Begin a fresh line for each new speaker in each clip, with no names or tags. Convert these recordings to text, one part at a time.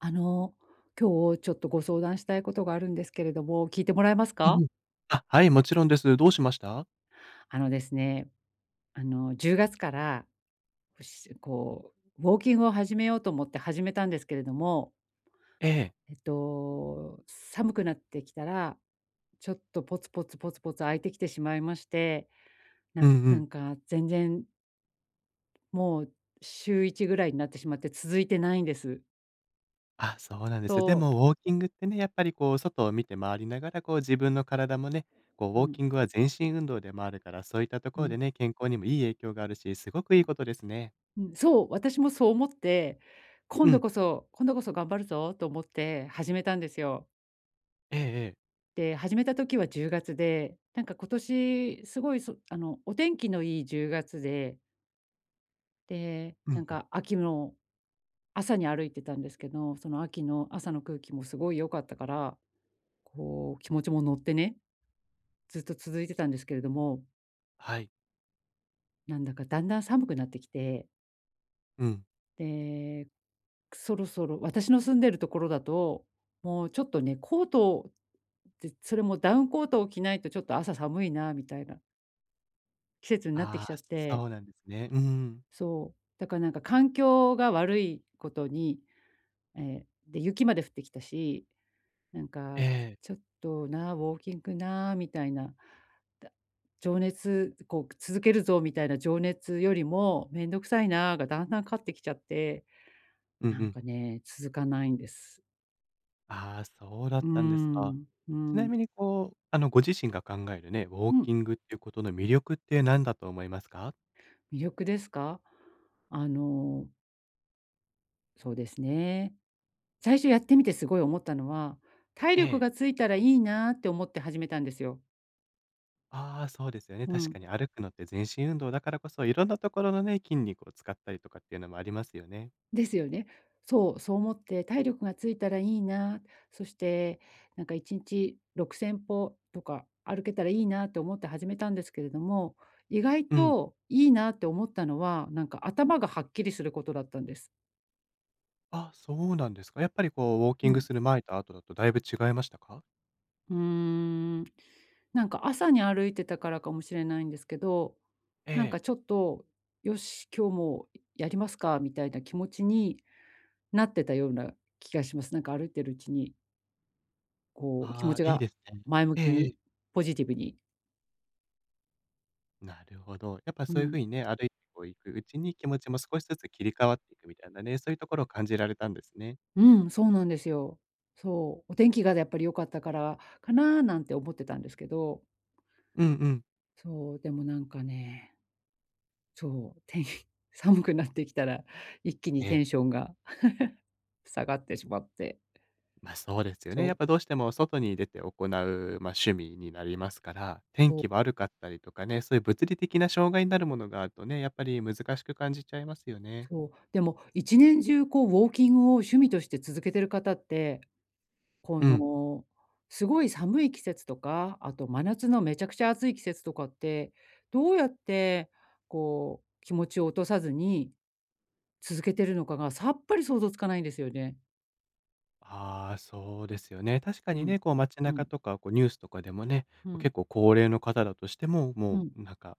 あの、今日ちょっとご相談したいことがあるんですけれども、聞いてもらえます
うんう
か？
ん。あ、はい、もちろんです。どうしました？
あのですね、あの、10月から、しこう、ウォーキングを始めようと思って始めたんですけれども、
ええ。
寒くなってきたら、ちょっとポツポツポツポツ空いてきてしまいまして、な
うんう
な
ん。
んか全然もう週1ぐらいになってしまって続いてないんです。
あ、そうなんです。で
そう。
もウォーキングってね、やっぱりこう外を見て回りながら、こう自分の体もね、こうウ
う
ォー
ん、
キングは全身運動で回るから、そういったと
う
ころで
ん。
ね、健康にもいい影響があるし、すごくいいことですね。
うん、そう、私もそう思って、
う
今度
ん。
こそ今度こそ頑張るぞと思って始めたんですよ。
ええええ。
で、始めた時は10月で、なんか今年すごい、そあの、お天気のいい10月で、で、
う
な
ん
ん
うん。
か秋の朝に歩いてたんですけど、その秋の朝の空気もすごい良かったから、こう気持ちも乗ってね、ずっと続いてたんですけれども、
はい。
なんだかだんだん寒くなってきて。
うん。
で、そろそろ私の住んでるところだと、もうちょっとね、コートをで、それもダウンコートを着ないとちょっと朝寒いなみたいな季節になって
あ
きち
あ、
ゃっ
そ
て、
うなんですね。うん。
そう、だからなんか環境が悪いことに、で、雪まで降ってきたし、なん
え
か
え。
ちょっとな、ウォーキングなみたいな、だ情熱こう続けるぞみたいな情熱よりも、めんどくさいながだんだん勝ってきちゃって、
うんう
なん
ん。
かね、続かないんです。
ああ、そうだっ
うー
たんですか。
ん、う
ちな
ん、
みにこう、ご自身が考えるね、ウォ
う
ー
ん、
キングっていうことの魅力って何だと思いますか？
魅力ですか？あの、そうですね。最初やってみてすごい思ったのは、体
え
力
え。
がついたらいいなって思って始めたんですよ。
ああ、そうですよね。
う
確か
ん。
に歩くのって全身運動だからこそ、いろんなところのね、筋肉を使ったりとかっていうのもありますよね。
ですよね。そう、そう思って体力がついたらいいな、そしてなんか1日6000歩とか歩けたらいいなって思って始めたんですけれども、意外
うん。
といいなって思ったのは、なんか頭がはっきりすることだったんです。
あ、そうなんですか。やっぱりこう、ウォーキン
う
グ
ん。
する前と後だとだいぶ違いましたか？
うーん。なんか朝に歩いてたからかもしれないんですけど、
え
なん
え。
かちょっと、よし、今日もやりますかみたいな気持ちになってたような気がします。なんか歩いてるうちに、こう気
あ
持ち
あ、いい
が
ですね。
前向
ええ
き
ええ。
に、ポジティブに。
なるほど。やっぱ
う
そういうふ
ん。
うにね、歩いてこう行くうちに気持ちも少しずつ切り替わっていくみたいなね、そういうところを感じられたんですね。
うん、そうなんですよ。そう、お天気がやっぱり良かったからかななんて思ってたんですけど、
うんうん。
そう、でもなんかね、そう、天気 寒くなってきたら、一気
え
にテ
え。
ンションが下がってしまって。
そうですよね。
そ
やっ
う、
ぱどうしても外に出て行う、まあ、趣味になりますから、天
そう、
気悪かったりとかね、そういう物理的な障害になるものがあるとね、やっぱり難しく感じちゃいますよね。
そう。でも一年中こうウォーキングを趣味として続けてる方って、こ
うん。
の、すごい寒い季節とか、あと真夏のめちゃくちゃ暑い季節とかって、どうやってこう気持ちを落とさずに続けてるのかがさっぱり想像つかないんですよね。
ああ、そうですよね。確か
う
に
ん。
ね、こう街
う
中
ん。
とか、こうニュースとかでもね、
う
こう結
ん。
構高齢の方だとしても、
う
も
ん。
うなんか、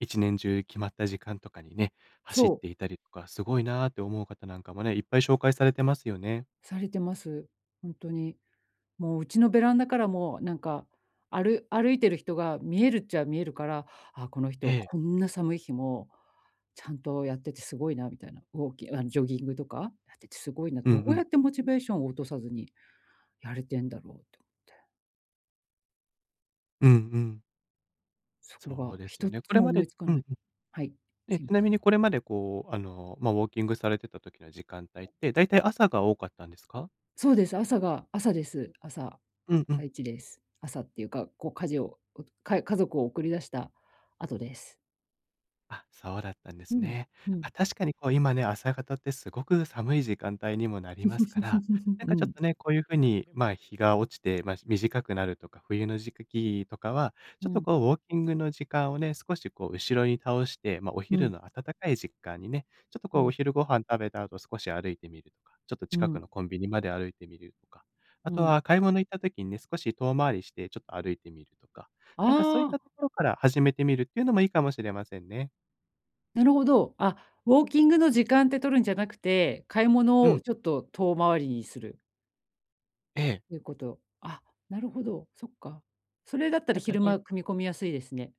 1年中決まった時間とかにね、走っ
そう、
ていたりとか、すごいなーって思う方なんかもね、いっぱい紹介されてますよね。
されてます。本当に。もううちのベランダからもなんか、歩歩いてる人が見えるっちゃ見えるから、あ、この人
え
は
え。
こんな寒い日も、ちゃんとやっててすごいなみたいな、ウォーキンあの、ジョギングとかやっててすごいな、
うんう
どうや
ん。
ってモチベーションを落とさずにやれてんだろうと思って、
うんうん。
そこ
そう
が
ですよ
一
ね。こ
つ
れ
も
ま
思
で、
いつか
うん
ない。
うん。
はい、
で、
すいま
ちな
せ
み
ん。
にこれまでこう、まあ、ウォーキングされてた時の時間帯って、だいたい朝が多かったんですか？
そうです、朝が朝です。
うんう
朝
ん。
一です。朝っていうか、こう家族を送り出した後です。
あ、そうだったんで
う
す
ん、
ね。
う
あ、
ん。
確かにこう今ね、朝方ってすごく寒い時間帯にもなりますから、なん
う
かちょっ
ん、
とね、こういう風に、まあ、日が落ちて、ま、短くなるとか、冬の時期とかは、
う
ちょっと
ん。
こうウォーキングの時間をね、少しこう後ろに倒して、ま、お
う
昼
ん、
の暖かい時間にね、ちょっと
う
こうお
ん、
昼ご飯食べた後少し歩いてみるとか、ちょっと
う
近く
ん、
のコンビニまで歩いてみるとか、あ
う
と
ん。
は買い物行った時にね、少し遠回りしてちょっと歩いてみるとか、なんかそういっ
あ
たと
あ、
ころから始めてみるっていうのもいいかもしれませんね。
なるほど。あ、ウォーキングの時間って取るんじゃなくて、買い
う
物
ん、
をちょっと遠回りにするっ
ええ。
ていうこと。あ、なるほど、そっか。それだったら
なんか
昼
ね、
間組み込みやすいですね。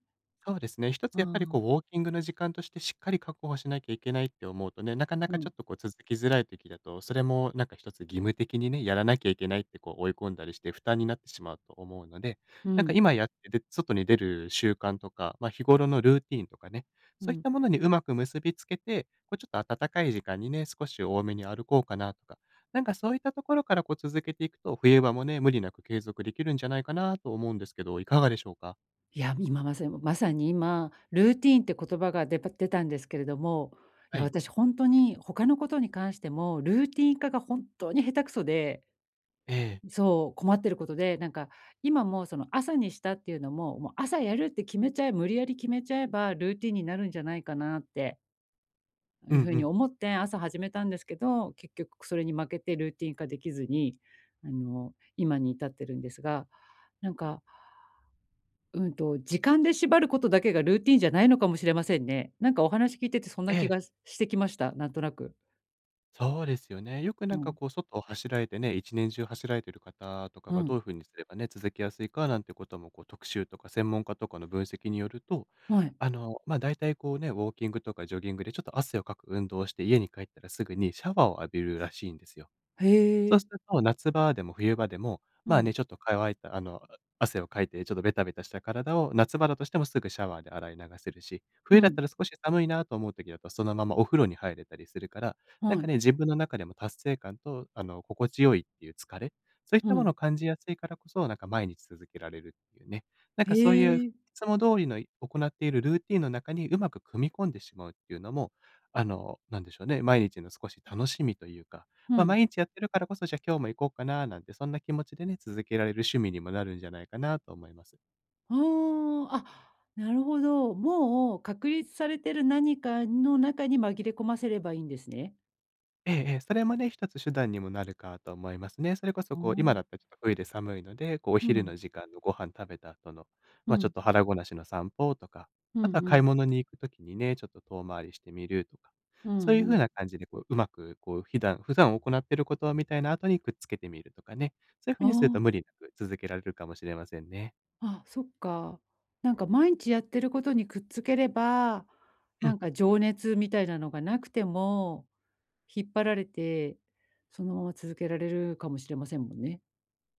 そうですね。一つ
あ
やっぱりこ
あ、
う、ウォーキングの時間としてしっかり確保しなきゃいけないって思うとね、なかな
う
かちょっ
ん、
とこう続きづらい時だと、それもなんか一つ義務的にね、やらなきゃいけないってこう追い込んだりして負担になってしまうと思うので、
う
なんか
ん、
今やってで、外に出る習慣とか、まあ日頃のルーティーンとかね、
う
そういっ
ん。
たものにうまく結びつけて、こうちょっと暖かい時間にね、少し多めに歩こうかなとか、なんかそういったところからこう続けていくと、冬場もね、無理なく継続できるんじゃないかなと思うんですけど、いかがでしょうか。
いや、今まさにまさに今、ルーティーンって言葉が出たんですけれども、い
は
や、
い。
私本当に他のことに関しても、ルーティン化が本当に下手くそで、
ええ。
そう、困ってることで、なんか今もうその朝にしたっていうのも、もう朝やるって決めちゃえ無理やり決めちゃえばルーティンになるんじゃないかなって
う
い
ん
う
う
ふうに
ん。
思って朝始めたんですけど、結局それに負けてルーティン化できずに、今に至ってるんですが、なんか、時間で縛ることだけがルーティンじゃないのかもしれませんね。なんかお話聞いててそんな
え
気
え、
がししてきました、なんとなく。
そうですよね。よくな
う
んか
ん、
こう外を走られてね、一年中走られてる方とか
う
がどうい
ん、
う風にすればね、続きやすいかなんてこともこう特集とか専門家とかの分析によると、
はい。
ま、あ大体こうね、ウォーキングとかジョギングでちょっと汗をかく運動をして家に帰ったらすぐにシャワーを浴びるらしいんですよ。
へ
そう
え、
すると、夏場でも冬場でも、
う
まあ
ん、
ね、ちょっと乾いた、汗をかいて、ちょっとベタベタした体を、夏場だとしてもすぐシャワーで洗い流せるし、
う
冬だっ
ん、
たら少し寒いなと思う時だと、そのままお風呂に入れたりするから、なん
は
か
い、
ね、自分の中でも達成感と、心地よいっていう疲れ、そういっ
う
たもの
ん、
を感じやすいからこそ、なんか毎日続けられるっていうね。なん
へ
かそういう、い
え、
つも通りの行っているルーティンの中にうまく組み込んでしまうっていうのも、なんでしょうね、毎日の少し楽しみというか、
う
まあ、
ん。
毎日やってるからこそ、じゃ、あ今日も行こうかななんて、そんな気持ちでね、続けられる趣味にもなるんじゃないかなと思います。
ああ、あ、なるほど。もう確立されてる何かの中に紛れ込ませればいいんですね。
ええええ、それもね、一つ手段にもなるかと思いますね。それこそ
ああ、
こう、今だったらちょっと冬で寒いので、こうお
う
昼
ん、
の時間のご飯食べた後の、
う
まあ、ちょっ
ん、
と腹ごなしの散歩とか、
う
あとは
んう
買い
ん、
物に行く時にね、ちょっと遠回りしてみるとか、
う
そうい
ん
う
う
風
ん。
な感じでこう、うまくこう、普段行ってることみたいな後にくっつけてみるとかね、そういう風にすると
あ
無理なく続けられるかもしれませんね。
あ、あ、そっか。なんか毎日やってることにくっつければ、
う
な
ん。
んか情熱みたいなのがなくても、引っ張られて、そのまま続けられるかもしれませんもんね。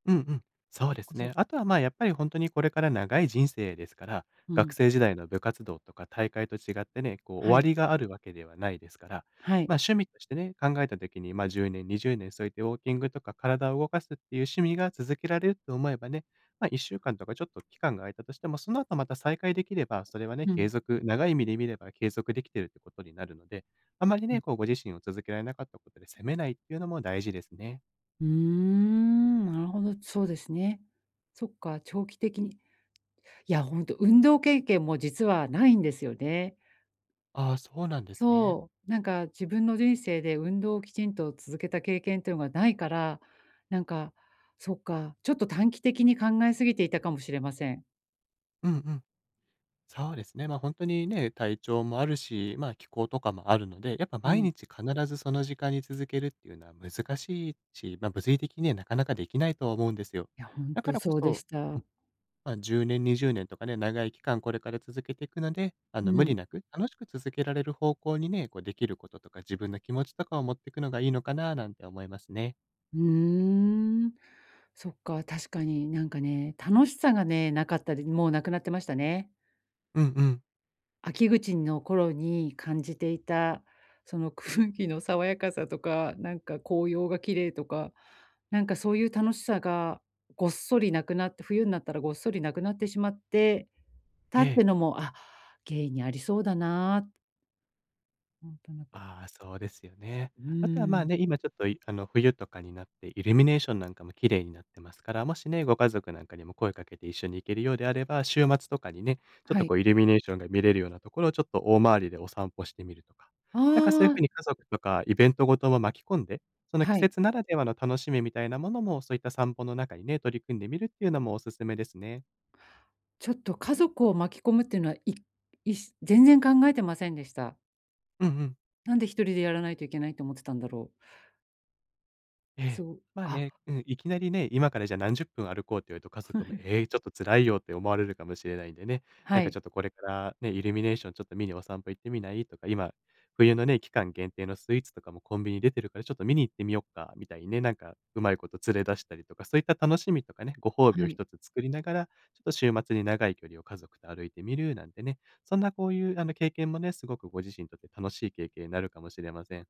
うんうん。そう
そっ
で
か
す
そっ
ね。
か、
あとはまあやっぱり本当にこれから長い人生ですから、
う
学
ん。
生時代の部活動とか大会と違ってね、こう終
は
わ
い、
りがあるわけではないですから、
は
ま
い。
あ趣味としてね、考えた時にまあ10年、20年そういってウォーキングとか体を動かすっていう趣味が続けられると思えばね、まあ1週間とかちょっと期間が空いたとしても、その後また再開できれば、それはね、
う
継
ん。
続、長い意味で見れば継続できてるってことになるので、あまり
う
ね、
ん、
こうご自身を続けられなかったことで責めないっていうのも大事ですね。
うーん、なるほど、そうですね。そっか、長期的に。いや、ほんと運動経験も実はないんですよね。
ああ、そうなんですね。
そう、なんか自分の人生で運動をきちんと続けた経験っていうのがないから、なんか、そっか、ちょっと短期的に考えすぎていたかもしれません。
うんうん。そうですね。ま、あ本当にね、体調もあるし、ま、気候とかもあるので、やっぱ
う
毎
ん。
日必ずその時間に続けるっていうのは難しいし、ま、物理的にね、なかなかできないとは思うんですよ。
いや、ほん
だか
と
らこ
そうで
そ、
し
う
た。
ん、まあ、10年、20年とかね、長い期間これから続けていくので、
う
無理
ん。
なく楽しく続けられる方向にね、こうできることとか、自分の気持ちとかを持っていくのがいいのかななんて思いますね。
うーん。そっか、確かになんかね、楽しさがね、なかったり、もうなくなってましたね。
うんうん。
秋口の頃に感じていた、その 空気の爽やかさとか、なんか紅葉が綺麗とか、なんかそういう楽しさがごっそりなくなって、冬になったらごっそりなくなってしまって
え
たっ
え。
てのも、あ、原因にありそうだな、なんとなく。
ああ、そうですよね。
う
あとは、
ー
まあ、
ん、
ね、今ちょっと、いあの、冬とかになってイルミネーションなんかも綺麗になってますから、もしね、ご家族なんかにも声かけて一緒に行けるようであれば、週末とかにね、ちょっ
は
とこ
い。
うイルミネーションが見れるようなところをちょっと大回りでお散歩してみるとか、
あ
なんかそういう
あ、
風に家族とかイベントごとも巻き込んで、その季
はい。
節ならではの楽しみみたいなものも、そういった散歩の中にね、取り組んでみるっていうのもおすすめですね。
ちょっと家族を巻き込むっていうのは、いいし全然考えてませんでした。
うんうん。
なんで一人でやらないといけないと思ってたんだろう。
ええ。
そう、
まあ
あ、
ね、うん、いきなりね、今からじゃあ何十分歩こうって言うと家
は
族も、
い。
ええ、ちょっと辛いよって思われるかもしれないんでね、なん
は
かち
い。
ょっとこれからね、イルミネーションちょっと見にお散歩行ってみない？とか、今、冬のね、期間限定のスイーツとかもコンビニ出てるからちょっと見に行ってみよっか、みたいにね、なんかうまいこと連れ出したりとか、そういった楽しみとかね、ご褒美
は
を
い。
一つ作りながら、ちょっと週末に長い距離を家族と歩いてみるなんてね、そんなこういう経験もね、すごくご自身にとって楽しい経験になるかもしれません。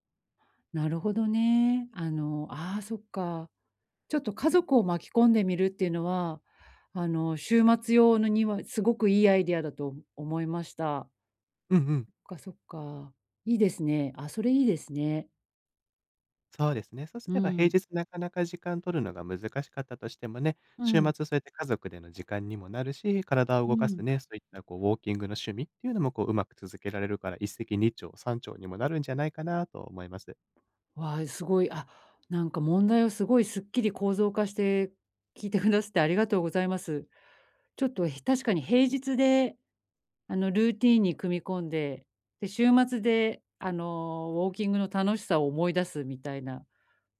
なるほどね。ああ、そっか。ちょっと家族を巻き込んでみるっていうのは、週末用のにはすごくいいアイデアだと思いました。
うんうん。
そっかそっか。いいですね。あ、それいいですね。
そうですね。そうす
う
れば平
ん。
日なかなか時間取るのが難しかったとしてもね、
う
週末
ん。
そうやって家族での時間にもなるし、体を
う
動かす
ん。
ね、そういったこうウォーキングの趣味っていうのもこううまく続けられるから、一石二鳥、三鳥にもなるんじゃないかなと思います。
わあ、すごい。あ、なんか問題をすごいすっきり構造化して聞いてくださってありがとうございます。ちょっと確かに平日でルーティンに組み込んで、で、週末で、ウォーキングの楽しさを思い出すみたいな、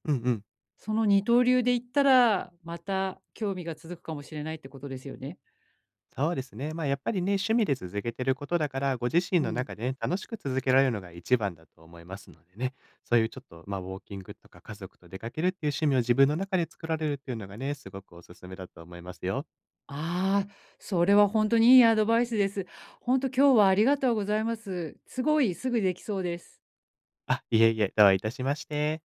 うんうん。
その二刀流で行ったら、また興味が続くかもしれないってことですよね。
そうですね。まあやっぱりね、趣味で続けてることだから、ご自身
う
の
ん。
中でね、楽しく続けられるのが一番だと思いますのでね、そういうちょっと、まあ、ウォーキングとか家族と出かけるっていう趣味を自分の中で作られるっていうのがね、すごくおすすめだと思いますよ。
ああ、それはほんとにいいアドバイスです。ほんと今日はありがとうございます。すごいすぐできそうです。
あ、いえいえ、どういたしまして。